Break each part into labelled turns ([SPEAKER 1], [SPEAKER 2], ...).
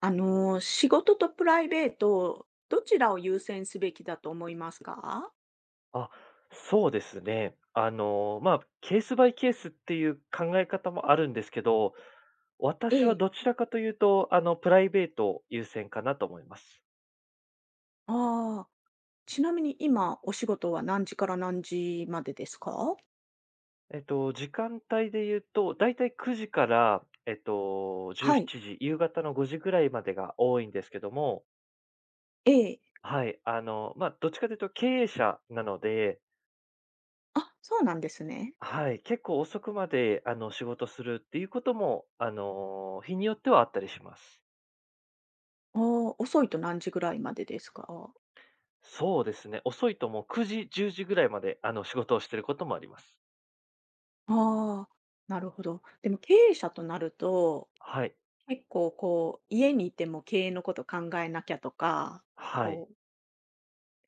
[SPEAKER 1] 仕事とプライベート、どちらを優先すべきだと思いますか？
[SPEAKER 2] あ、そうですね。まあ、ケースバイケースっていう考え方もあるんですけど、
[SPEAKER 1] え
[SPEAKER 2] 私は
[SPEAKER 1] え。
[SPEAKER 2] どちらかというと、プライベート優先かなと思います。
[SPEAKER 1] ああ、ちなみに今お仕事は何時から何時までですか？
[SPEAKER 2] 時間帯で言うと、だいたい9時から、17
[SPEAKER 1] はい、
[SPEAKER 2] 時、夕方の5時ぐらいまでが多いんですけども、
[SPEAKER 1] ええ。
[SPEAKER 2] はい、まあ、どっちかというと経営者なので、
[SPEAKER 1] あ、そうなんですね。
[SPEAKER 2] はい、結構遅くまで、仕事するっていうことも、日によってはあったりします。
[SPEAKER 1] ああ、遅いと何時ぐらいまでですか？
[SPEAKER 2] そうですね。遅いともう9時、10時ぐらいまで、仕事をしてることもあります。
[SPEAKER 1] ああ、なるほど。でも経営者となると、
[SPEAKER 2] はい。
[SPEAKER 1] 結構家にいても経営のこと考えなきゃとか、
[SPEAKER 2] はい。
[SPEAKER 1] こう、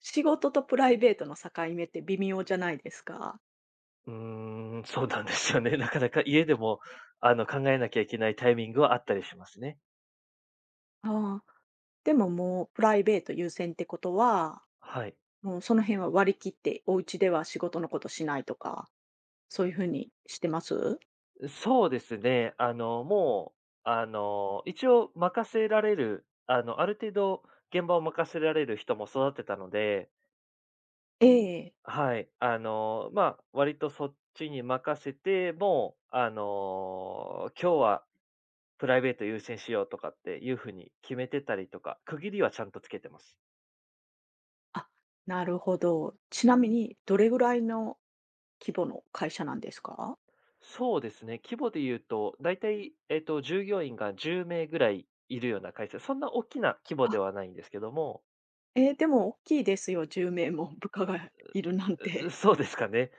[SPEAKER 1] 仕事とプライベートの境目って微妙じゃないですか？
[SPEAKER 2] うーん、そうなんですよね。なかなか家でも、考えなきゃいけないタイミングはあったりしますね。
[SPEAKER 1] ああ。でももうプライベート優先ってことは、
[SPEAKER 2] はい。
[SPEAKER 1] もうその辺は割り切って、お家では仕事のことしないとか、そういうふうにしてます？
[SPEAKER 2] そうですね。もう、一応任せられる、ある程度現場を任せられる人も育ってたので、
[SPEAKER 1] ええ。
[SPEAKER 2] はい。まあ、割とそっちに任せて、もう、今日はプライベート優先しようとかっていう風に決めてたりとか、区切りはちゃんとつけてます。
[SPEAKER 1] あ、なるほど。ちなみにどれぐらいの規模の会社なんですか？
[SPEAKER 2] そうですね、規模で言うと、だいたい、従業員が10名ぐらいいるような会社、そんな大きな規模
[SPEAKER 1] あ、
[SPEAKER 2] ではないんですけども、
[SPEAKER 1] ええ、でも大きいですよ、10名も部下がいるなん
[SPEAKER 2] う
[SPEAKER 1] て。
[SPEAKER 2] そうですかね。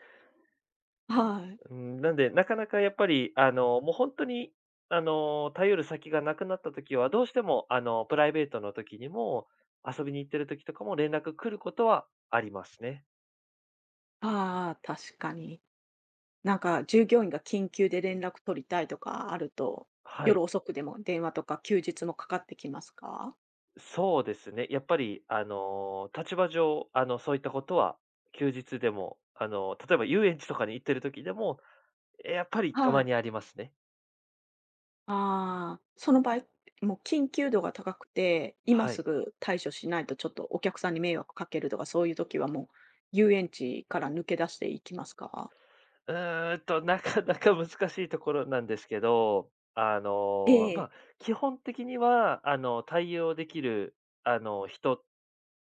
[SPEAKER 1] はい。
[SPEAKER 2] うん、なんで、なかなかやっぱり、もう本当に、頼る先がなくなった時は、どうしても、プライベートの時にも、遊びに行ってる時とかも連絡来ることはありますね。
[SPEAKER 1] ああ、確かに。なんか従業員が緊急で連絡取りたいとかあると、
[SPEAKER 2] は
[SPEAKER 1] 夜
[SPEAKER 2] い。
[SPEAKER 1] 遅くでも電話とか休日もかかってきますか？
[SPEAKER 2] そうですね。やっぱり、立場上、そういったことは休日でも、例えば遊園地とかに行ってる時でも、やっぱりた
[SPEAKER 1] は
[SPEAKER 2] ま
[SPEAKER 1] い。
[SPEAKER 2] にありますね。
[SPEAKER 1] ああ、その場合、もう緊急度が高くて、今
[SPEAKER 2] は
[SPEAKER 1] す
[SPEAKER 2] い。
[SPEAKER 1] ぐ対処しないとちょっとお客さんに迷惑かけるとか、そういう時はもう遊園地から抜け出していきますか？
[SPEAKER 2] うーんと、なか なか難しいところなんですけど、
[SPEAKER 1] え
[SPEAKER 2] ま
[SPEAKER 1] え、
[SPEAKER 2] あ、基本的には、対応できる、人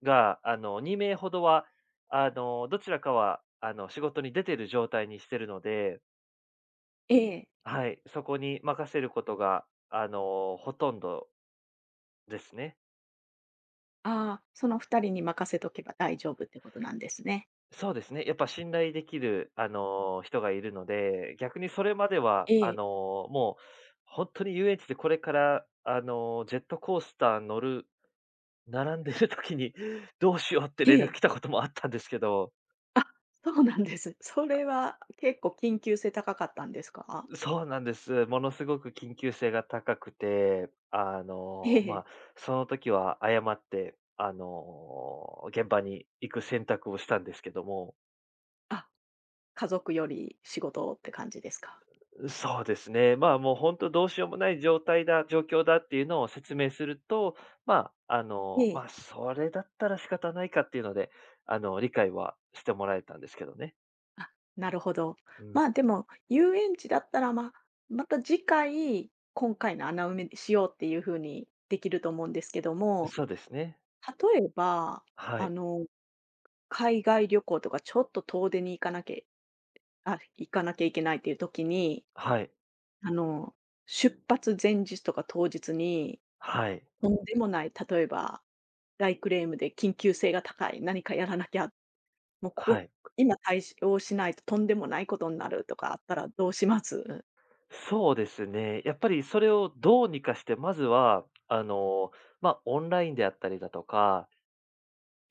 [SPEAKER 2] が、2名ほどは、どちらかは、仕事に出てる状態にしてるので、
[SPEAKER 1] ええ。
[SPEAKER 2] はい、そこに任せることが、ほとんどですね。
[SPEAKER 1] ああ、その2人に任せとけば大丈夫ってことなんですね。
[SPEAKER 2] そうですね。やっぱ信頼できる、人がいるので、逆にそれまでは、
[SPEAKER 1] ええ、
[SPEAKER 2] もう本当に遊園地でこれから、ジェットコースター乗る並んでる時に どうしようって
[SPEAKER 1] え
[SPEAKER 2] 連絡
[SPEAKER 1] え。
[SPEAKER 2] 来たこともあったんですけど、
[SPEAKER 1] あ、そうなんです。それは結構緊急性高かったんですか？
[SPEAKER 2] そうなんです。ものすごく緊急性が高くて、
[SPEAKER 1] え
[SPEAKER 2] ま
[SPEAKER 1] え。
[SPEAKER 2] あ、その時は誤って、現場に行く選択をしたんですけども。
[SPEAKER 1] あ、家族より仕事って感じですか？
[SPEAKER 2] そうですね。まあ、もう本当どうしようもない状況だっていうのを説明すると、まあ、
[SPEAKER 1] ええ。
[SPEAKER 2] それだったら仕方ないかっていうので、理解はしてもらえたんですけどね。
[SPEAKER 1] あ、なるほど。
[SPEAKER 2] う
[SPEAKER 1] ま
[SPEAKER 2] ん。
[SPEAKER 1] あ、でも、遊園地だったら、まあ、また次回、今回の穴埋めしようっていう風にできると思うんですけども、
[SPEAKER 2] そうですね。
[SPEAKER 1] 例えば、
[SPEAKER 2] は
[SPEAKER 1] あ
[SPEAKER 2] い。
[SPEAKER 1] の、海外旅行とかちょっと遠出に行かなきゃあ、行かなきゃいけないっていう時に、
[SPEAKER 2] はい。
[SPEAKER 1] あの、出発前日とか当日に、
[SPEAKER 2] はい。
[SPEAKER 1] とんでもない、例えば、大クレームで緊急性が高い、何かやらなきゃ、もう
[SPEAKER 2] は
[SPEAKER 1] こ
[SPEAKER 2] い。
[SPEAKER 1] こ今対応しないととんでもないことになるとかあったらどうします？
[SPEAKER 2] そうですね。やっぱりそれをどうにかして、まずは、まあ、オンラインであったりだとか、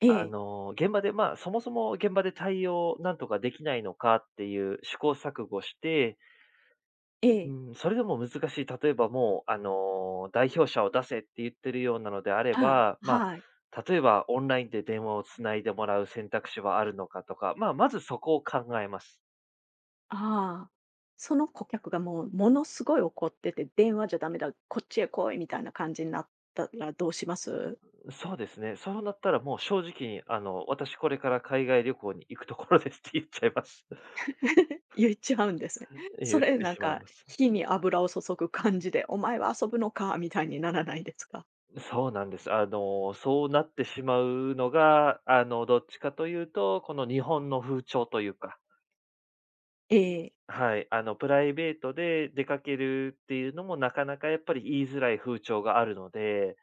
[SPEAKER 1] ええ、
[SPEAKER 2] 現場で、まあ、そもそも現場で対応なんとかできないのかっていう試行錯誤して、
[SPEAKER 1] ええ、
[SPEAKER 2] うん、それでも難しい。例えばもう、代表者を出せって言ってるようなのであれ
[SPEAKER 1] あ
[SPEAKER 2] ば、
[SPEAKER 1] あ、
[SPEAKER 2] ま
[SPEAKER 1] はい、
[SPEAKER 2] あ、例えばオンラインで電話をつないでもらう選択肢はあるのかとか、まあ、まずそこを考えます。
[SPEAKER 1] ああ。その顧客がもうものすごい怒ってて、電話じゃダメだ、こっちへ来いみたいな感じになったらどうします？
[SPEAKER 2] そうですね。そうなったらもう正直に、私これから海外旅行に行くところですって言っちゃいます。
[SPEAKER 1] 言っちゃうんですね。そ
[SPEAKER 2] 言っ
[SPEAKER 1] れ
[SPEAKER 2] て
[SPEAKER 1] なん
[SPEAKER 2] しまい
[SPEAKER 1] か、
[SPEAKER 2] ます。
[SPEAKER 1] 火に油を注ぐ感じで、お前は遊ぶのかみたいにならないですか？
[SPEAKER 2] そうなんです。そうなってしまうのが、どっちかというと、この日本の風潮というか、
[SPEAKER 1] ええ、
[SPEAKER 2] はい、プライベートで出かけるっていうのもなかなかやっぱり言いづらい風潮があるので、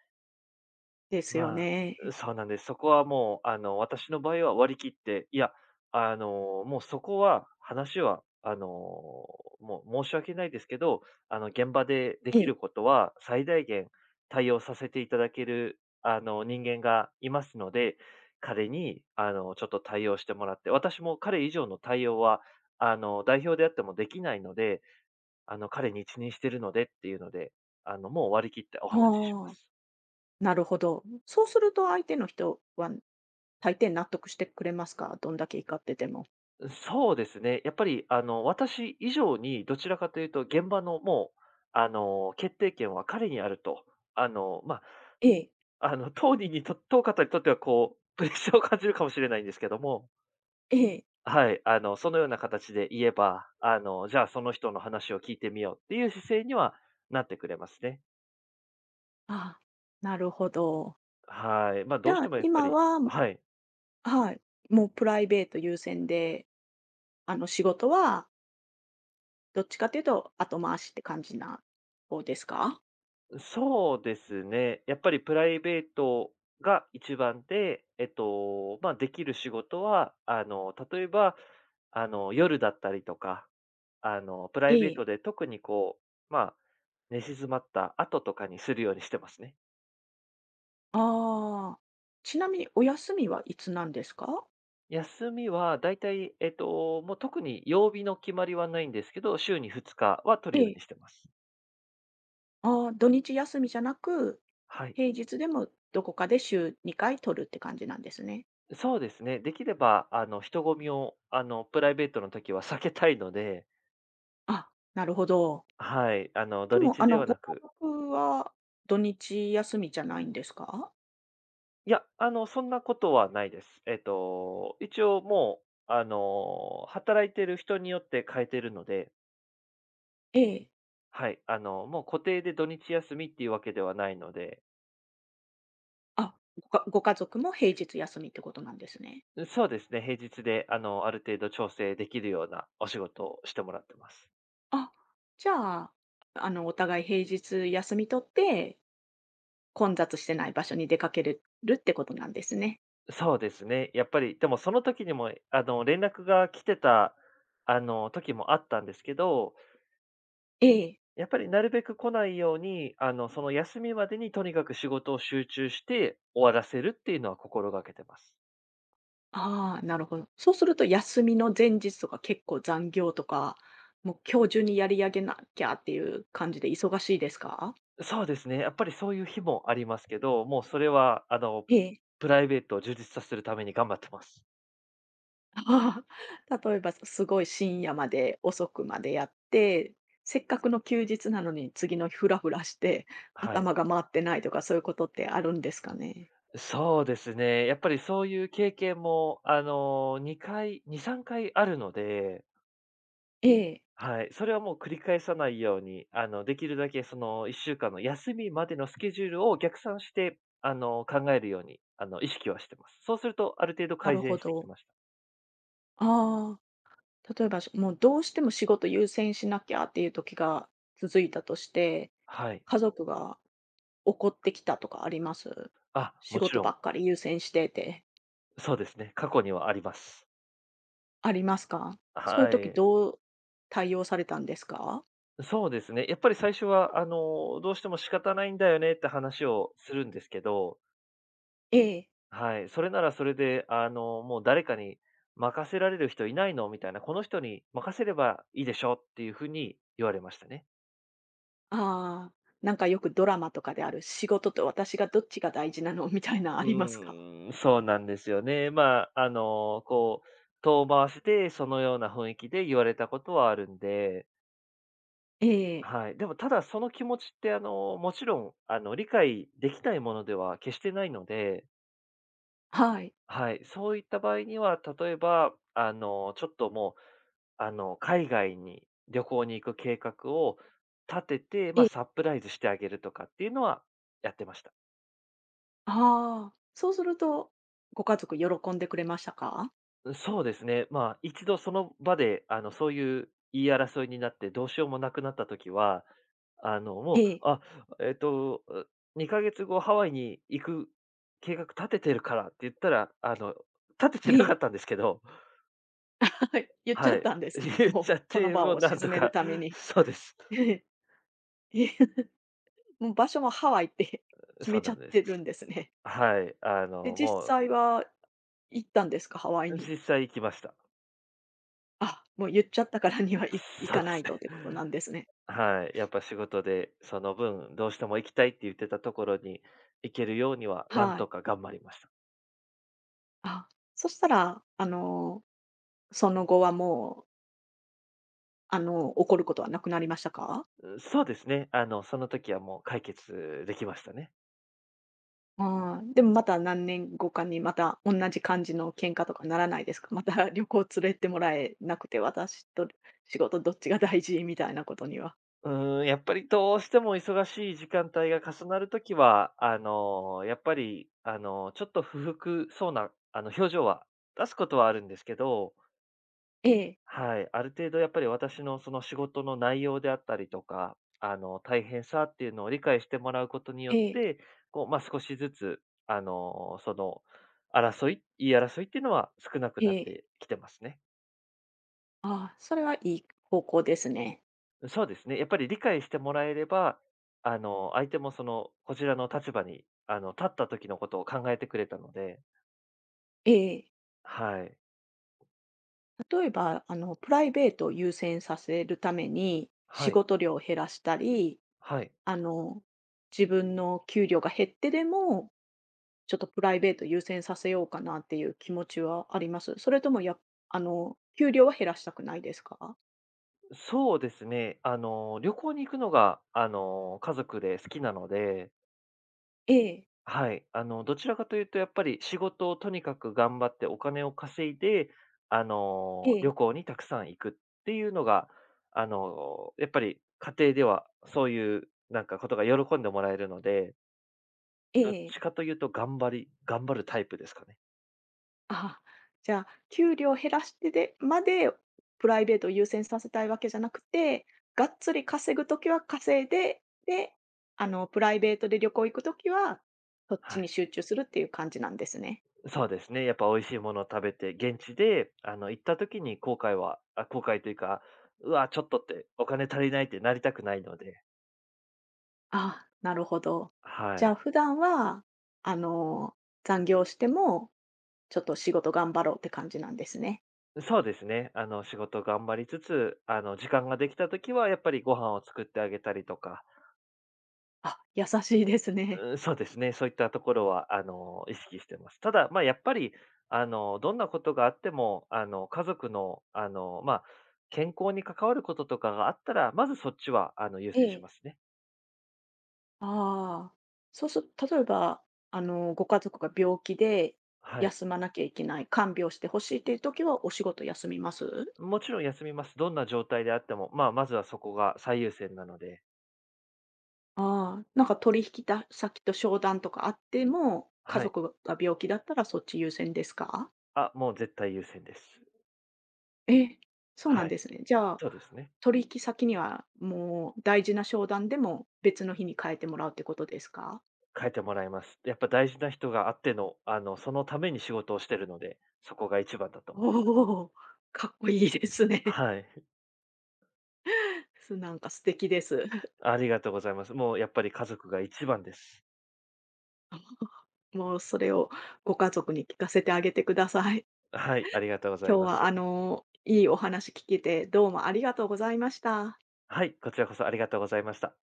[SPEAKER 1] ですよ
[SPEAKER 2] ま
[SPEAKER 1] ね。
[SPEAKER 2] あ、そうなんです。そこはもう、私の場合は割り切って、いや、もうそこは、話は、もう申し訳ないですけど、現場でで
[SPEAKER 1] え
[SPEAKER 2] き
[SPEAKER 1] え、
[SPEAKER 2] ることは最大限対応させていただける、人間がいますので、彼に、ちょっと対応してもらって、私も彼以上の対応は、代表であってもできないので、彼に一任してるのでっていうので、もう割り切ってお話ししま
[SPEAKER 1] ああ、
[SPEAKER 2] す。
[SPEAKER 1] なるほど。そうすると相手の人は大抵納得してくれますか？どんだけ怒ってても。
[SPEAKER 2] そうですね。やっぱり、私以上にどちらかというと、現場のもう、決定権は彼にあると。まあ、
[SPEAKER 1] ええ、
[SPEAKER 2] 当方にとってはこう、プレッシャーを感じるかもしれないんですけども、
[SPEAKER 1] ええ、
[SPEAKER 2] はい、そのような形で言えば、じゃあその人の話を聞いてみようっていう姿勢にはなってくれますね。
[SPEAKER 1] ああ、なるほど。
[SPEAKER 2] はい。まあ、
[SPEAKER 1] じ
[SPEAKER 2] どうし
[SPEAKER 1] ゃ
[SPEAKER 2] て
[SPEAKER 1] あ、
[SPEAKER 2] もやっぱ
[SPEAKER 1] 今
[SPEAKER 2] り。
[SPEAKER 1] は
[SPEAKER 2] はい。
[SPEAKER 1] はい、もうプライベート優先で、仕事はどっちかというと後回しって感じな方ですか？
[SPEAKER 2] そうですね。やっぱりプライベートが一番で、まあ、できる仕事は、例えば、夜だったりとか、プライベ
[SPEAKER 1] え
[SPEAKER 2] ート
[SPEAKER 1] え。
[SPEAKER 2] で特にこう、まあ、寝静まった後とかにするようにしてますね。
[SPEAKER 1] ああ。ちなみにお休みはいつなんですか？
[SPEAKER 2] 休みは、だいたい、もう特に曜日の決まりはないんですけど、週に2日は取
[SPEAKER 1] え
[SPEAKER 2] るよう
[SPEAKER 1] え。
[SPEAKER 2] にしてます。
[SPEAKER 1] ああ、土日休みじゃなく、
[SPEAKER 2] はい。
[SPEAKER 1] 平日でもどこかで週2回取るって感じなんですね。
[SPEAKER 2] そうですね。できれば、人混みを、プライベートの時は避けたいので、
[SPEAKER 1] あ、なるほど。
[SPEAKER 2] はい、
[SPEAKER 1] で
[SPEAKER 2] 土
[SPEAKER 1] も、
[SPEAKER 2] 日では
[SPEAKER 1] ご家
[SPEAKER 2] なく。
[SPEAKER 1] 族は土日休みじゃないんですか？
[SPEAKER 2] いや、そんなことはないです。一応もう、働いてる人によって変えてるので、
[SPEAKER 1] ええ。
[SPEAKER 2] はい、もう固定で土日休みっていうわけではないので、
[SPEAKER 1] あ、ご家族も平日休みってことなんですね。
[SPEAKER 2] そうですね、平日で、ある程度調整できるようなお仕事をしてもらってます。
[SPEAKER 1] あ、じゃあ、お互い平日休み取って、混雑してない場所に出かけるるってことなんですね。
[SPEAKER 2] そうですね、やっぱり、でもその時にも、連絡が来てた、時もあったんですけど、
[SPEAKER 1] ええ。
[SPEAKER 2] やっぱりなるべく来ないように、その休みまでにとにかく仕事を集中して終わらせるっていうのは心がけてます。
[SPEAKER 1] ああ、なるほど。そうすると休みの前日とか結構残業とか、もう今日中にやり上げなきゃっていう感じで忙しいですか？
[SPEAKER 2] そうですね。やっぱりそういう日もありますけど、もうそれは、
[SPEAKER 1] ええ。
[SPEAKER 2] プライベートを充実させるために頑張ってます。
[SPEAKER 1] ああ、例えばすごい深夜まで遅くまでやって、せっかくの休日なのに次の日フラフラして
[SPEAKER 2] はい。
[SPEAKER 1] 頭が回ってないとかそういうことってあるんですかね？
[SPEAKER 2] そうですね。やっぱりそういう経験も、2回、2、3回あるので、
[SPEAKER 1] ええ、
[SPEAKER 2] はい。それはもう繰り返さないように、できるだけその1週間の休みまでのスケジュールを逆算して、考えるように、意識はしてます。そうすると、ある程度
[SPEAKER 1] な
[SPEAKER 2] 改
[SPEAKER 1] るほ
[SPEAKER 2] 善してき
[SPEAKER 1] ど。
[SPEAKER 2] ました。
[SPEAKER 1] ああ、例えば、しもうどうしても仕事優先しなきゃっていう時が続いたとして、
[SPEAKER 2] はい。
[SPEAKER 1] 家族が怒ってきたとかあります？
[SPEAKER 2] あ、
[SPEAKER 1] 仕
[SPEAKER 2] もち
[SPEAKER 1] 事
[SPEAKER 2] ろ
[SPEAKER 1] ば
[SPEAKER 2] ん、
[SPEAKER 1] っかり優先してって
[SPEAKER 2] そうですね。過去にはあります。
[SPEAKER 1] ありますか？そういう
[SPEAKER 2] は
[SPEAKER 1] 時
[SPEAKER 2] い。
[SPEAKER 1] どう対応されたんですか？
[SPEAKER 2] そうですね。やっぱり最初は、どうしても仕方ないんだよねって話をするんですけど、
[SPEAKER 1] ええ。
[SPEAKER 2] はい。それならそれで、もう誰かに任せられる人いないのみたいな、この人に任せればいいでしょっていうふうに言われましたね。
[SPEAKER 1] ああ、なんかよくドラマとかである仕事と私がどっちが大事なの みたいなあ
[SPEAKER 2] う
[SPEAKER 1] りますか？
[SPEAKER 2] ーん、そうなんですよね。まあ、こう、遠回しでそのような雰囲気で言われたことはあるんで、
[SPEAKER 1] ええ、
[SPEAKER 2] はい。でもただその気持ちって、もちろん、理解できないものでは決してないので、
[SPEAKER 1] はい。
[SPEAKER 2] はい。そういった場合には、例えば、ちょっともう、海外に旅行に行く計画を立てて、
[SPEAKER 1] え
[SPEAKER 2] まあ、
[SPEAKER 1] え、
[SPEAKER 2] サプライズしてあげるとかっていうのはやってました。
[SPEAKER 1] ああ、そうすると、ご家族喜んでくれましたか？
[SPEAKER 2] そうですね。まあ、一度その場で、そういう言い争いになってどうしようもなくなった時は、あの、も
[SPEAKER 1] え
[SPEAKER 2] う、
[SPEAKER 1] え、
[SPEAKER 2] あ、えっと、う2ヶ月後ハワイに行く計画立ててるからって言ったら、立
[SPEAKER 1] え
[SPEAKER 2] ててなかっ
[SPEAKER 1] え。
[SPEAKER 2] たんですけど、
[SPEAKER 1] はい、言っちゃ
[SPEAKER 2] は
[SPEAKER 1] っ
[SPEAKER 2] い。
[SPEAKER 1] たんですね。
[SPEAKER 2] 言っち
[SPEAKER 1] も
[SPEAKER 2] ゃっ
[SPEAKER 1] う、その
[SPEAKER 2] て、
[SPEAKER 1] 場
[SPEAKER 2] もう
[SPEAKER 1] を
[SPEAKER 2] なん
[SPEAKER 1] 沈
[SPEAKER 2] と
[SPEAKER 1] める
[SPEAKER 2] か、
[SPEAKER 1] ために。
[SPEAKER 2] そうです。
[SPEAKER 1] ええ、ええもう場所もハワイって決
[SPEAKER 2] そ
[SPEAKER 1] め
[SPEAKER 2] う
[SPEAKER 1] ちゃ
[SPEAKER 2] な
[SPEAKER 1] っ
[SPEAKER 2] んで
[SPEAKER 1] て
[SPEAKER 2] す。
[SPEAKER 1] るんですね。
[SPEAKER 2] はい。あ
[SPEAKER 1] で、
[SPEAKER 2] の、
[SPEAKER 1] 実
[SPEAKER 2] も
[SPEAKER 1] 際は行ったんですか？ハワイ
[SPEAKER 2] う、
[SPEAKER 1] に。
[SPEAKER 2] 実際行きました。
[SPEAKER 1] あ、もう言っちゃったからには、い行
[SPEAKER 2] そう
[SPEAKER 1] か
[SPEAKER 2] で
[SPEAKER 1] な
[SPEAKER 2] す。
[SPEAKER 1] いとってことなんですね。
[SPEAKER 2] はい、やっぱ仕事でその分、どうしても行きたいって言ってたところに行けるようには、なん
[SPEAKER 1] は
[SPEAKER 2] と
[SPEAKER 1] い。
[SPEAKER 2] か頑張りました。
[SPEAKER 1] あ、そしたら、その後はもう、怒ることはなくなりましたか？
[SPEAKER 2] うん、そうですね、その時はもう解決できましたね。
[SPEAKER 1] ああ、でもまた何年後かにまた同じ感じの喧嘩とかならないですか？また旅行連れてもらえなくて、私と仕事どっちが大事みたいなことには。
[SPEAKER 2] うーん、やっぱりどうしても忙しい時間帯が重なる時は、やっぱり、ちょっと不服そうな、表情は出すことはあるんですけど、
[SPEAKER 1] ええ、
[SPEAKER 2] はい、ある程度やっぱり私のその仕事の内容であったりとか、大変さっていうのを理解してもらうことによっ
[SPEAKER 1] ええ、
[SPEAKER 2] て、こう、まあ、少しずつ、あの、その、争い、言い争いっていうのは少なく
[SPEAKER 1] え
[SPEAKER 2] なっ
[SPEAKER 1] え。
[SPEAKER 2] てきてますね。
[SPEAKER 1] ああ、それはいい方向ですね。
[SPEAKER 2] そうですね。やっぱり理解してもらえれば、相手もその、こちらの立場に、立った時のことを考えてくれたので、
[SPEAKER 1] ええ。
[SPEAKER 2] はい、
[SPEAKER 1] 例えば、プライベートを優先させるために、仕
[SPEAKER 2] はい、
[SPEAKER 1] 事量を減らしたり、
[SPEAKER 2] はい。
[SPEAKER 1] あの、自分の給料が減ってでもちょっとプライベート優先させようかなっていう気持ちはあります？それともやあの、給料は減らしたくないですか？
[SPEAKER 2] そうですね。旅行に行くのが、家族で好きなので、
[SPEAKER 1] ええ、
[SPEAKER 2] はい。どちらかというとやっぱり仕事をとにかく頑張ってお金を稼いで、
[SPEAKER 1] ええ、
[SPEAKER 2] 旅行にたくさん行くっていうのが、やっぱり家庭ではそういうなんかことが喜んでもらえるので、
[SPEAKER 1] え
[SPEAKER 2] どっち
[SPEAKER 1] え。
[SPEAKER 2] かというと頑張るタイプですかね。
[SPEAKER 1] あじゃあ、給料減らしてでまで、プライベートを優先させたいわけじゃなくて、がっつり稼ぐときは稼いで、で、プライベートで旅行行くときは、そっ
[SPEAKER 2] は
[SPEAKER 1] ちに
[SPEAKER 2] い。
[SPEAKER 1] 集中するっていう感じなんですね。
[SPEAKER 2] そうですね。やっぱ美味しいものを食べて、現地で、行った時に後悔は、あ、後悔というか、うわ、ちょっとってお金足りないってなりたくないので、
[SPEAKER 1] ああ、なるほど。じ
[SPEAKER 2] は
[SPEAKER 1] ゃ
[SPEAKER 2] い。
[SPEAKER 1] あ普段は、あの、残業してもちょっと仕事頑張ろうって感じなんですね。
[SPEAKER 2] そうですね。仕事頑張りつつ、時間ができた時はやっぱりご飯を作ってあげたりとか、
[SPEAKER 1] あ、優しいですね。
[SPEAKER 2] うん、そうですね。そういったところは、意識してます。ただ、まあ、やっぱり、どんなことがあっても、家族の、まあ、健康に関わることとかがあったら、まずそっちは、優
[SPEAKER 1] え
[SPEAKER 2] 先しま
[SPEAKER 1] え。
[SPEAKER 2] すね。
[SPEAKER 1] ああ、そうする例えば、ご家族が病気で
[SPEAKER 2] はい。
[SPEAKER 1] 休まなきゃいけない、看病してほしいっていう時はお仕事休みます？
[SPEAKER 2] もちろん休みます。どんな状態であっても、まあ、まずはそこが最優先なので、
[SPEAKER 1] ああ、なんか取引た先と商談とかあっても、家
[SPEAKER 2] はい。
[SPEAKER 1] 族が病気だったらそっち優先ですか？
[SPEAKER 2] あ、もう絶対優先です。
[SPEAKER 1] え、そうなん
[SPEAKER 2] はい。
[SPEAKER 1] ですね。じゃあ、
[SPEAKER 2] そうですね。
[SPEAKER 1] 取引先にはもう大事な商談でも別の日に変えてもらうってことですか？
[SPEAKER 2] 変えてもらいます。やっぱ大事な人があっての、そのために仕事をしてるので、そこが一番だと思う。
[SPEAKER 1] おお、かっこいいですね。
[SPEAKER 2] はい。
[SPEAKER 1] なんか素敵です。
[SPEAKER 2] ありがとうございます。もうやっぱり家族が一番です。
[SPEAKER 1] もうそれをご家族に聞かせてあげてください。
[SPEAKER 2] はい、ありがとうござ
[SPEAKER 1] 今
[SPEAKER 2] い
[SPEAKER 1] 日
[SPEAKER 2] ま
[SPEAKER 1] は
[SPEAKER 2] す。
[SPEAKER 1] いいお話聞けて、どうもありがとうございました。
[SPEAKER 2] はい、こちらこそありがとうございました。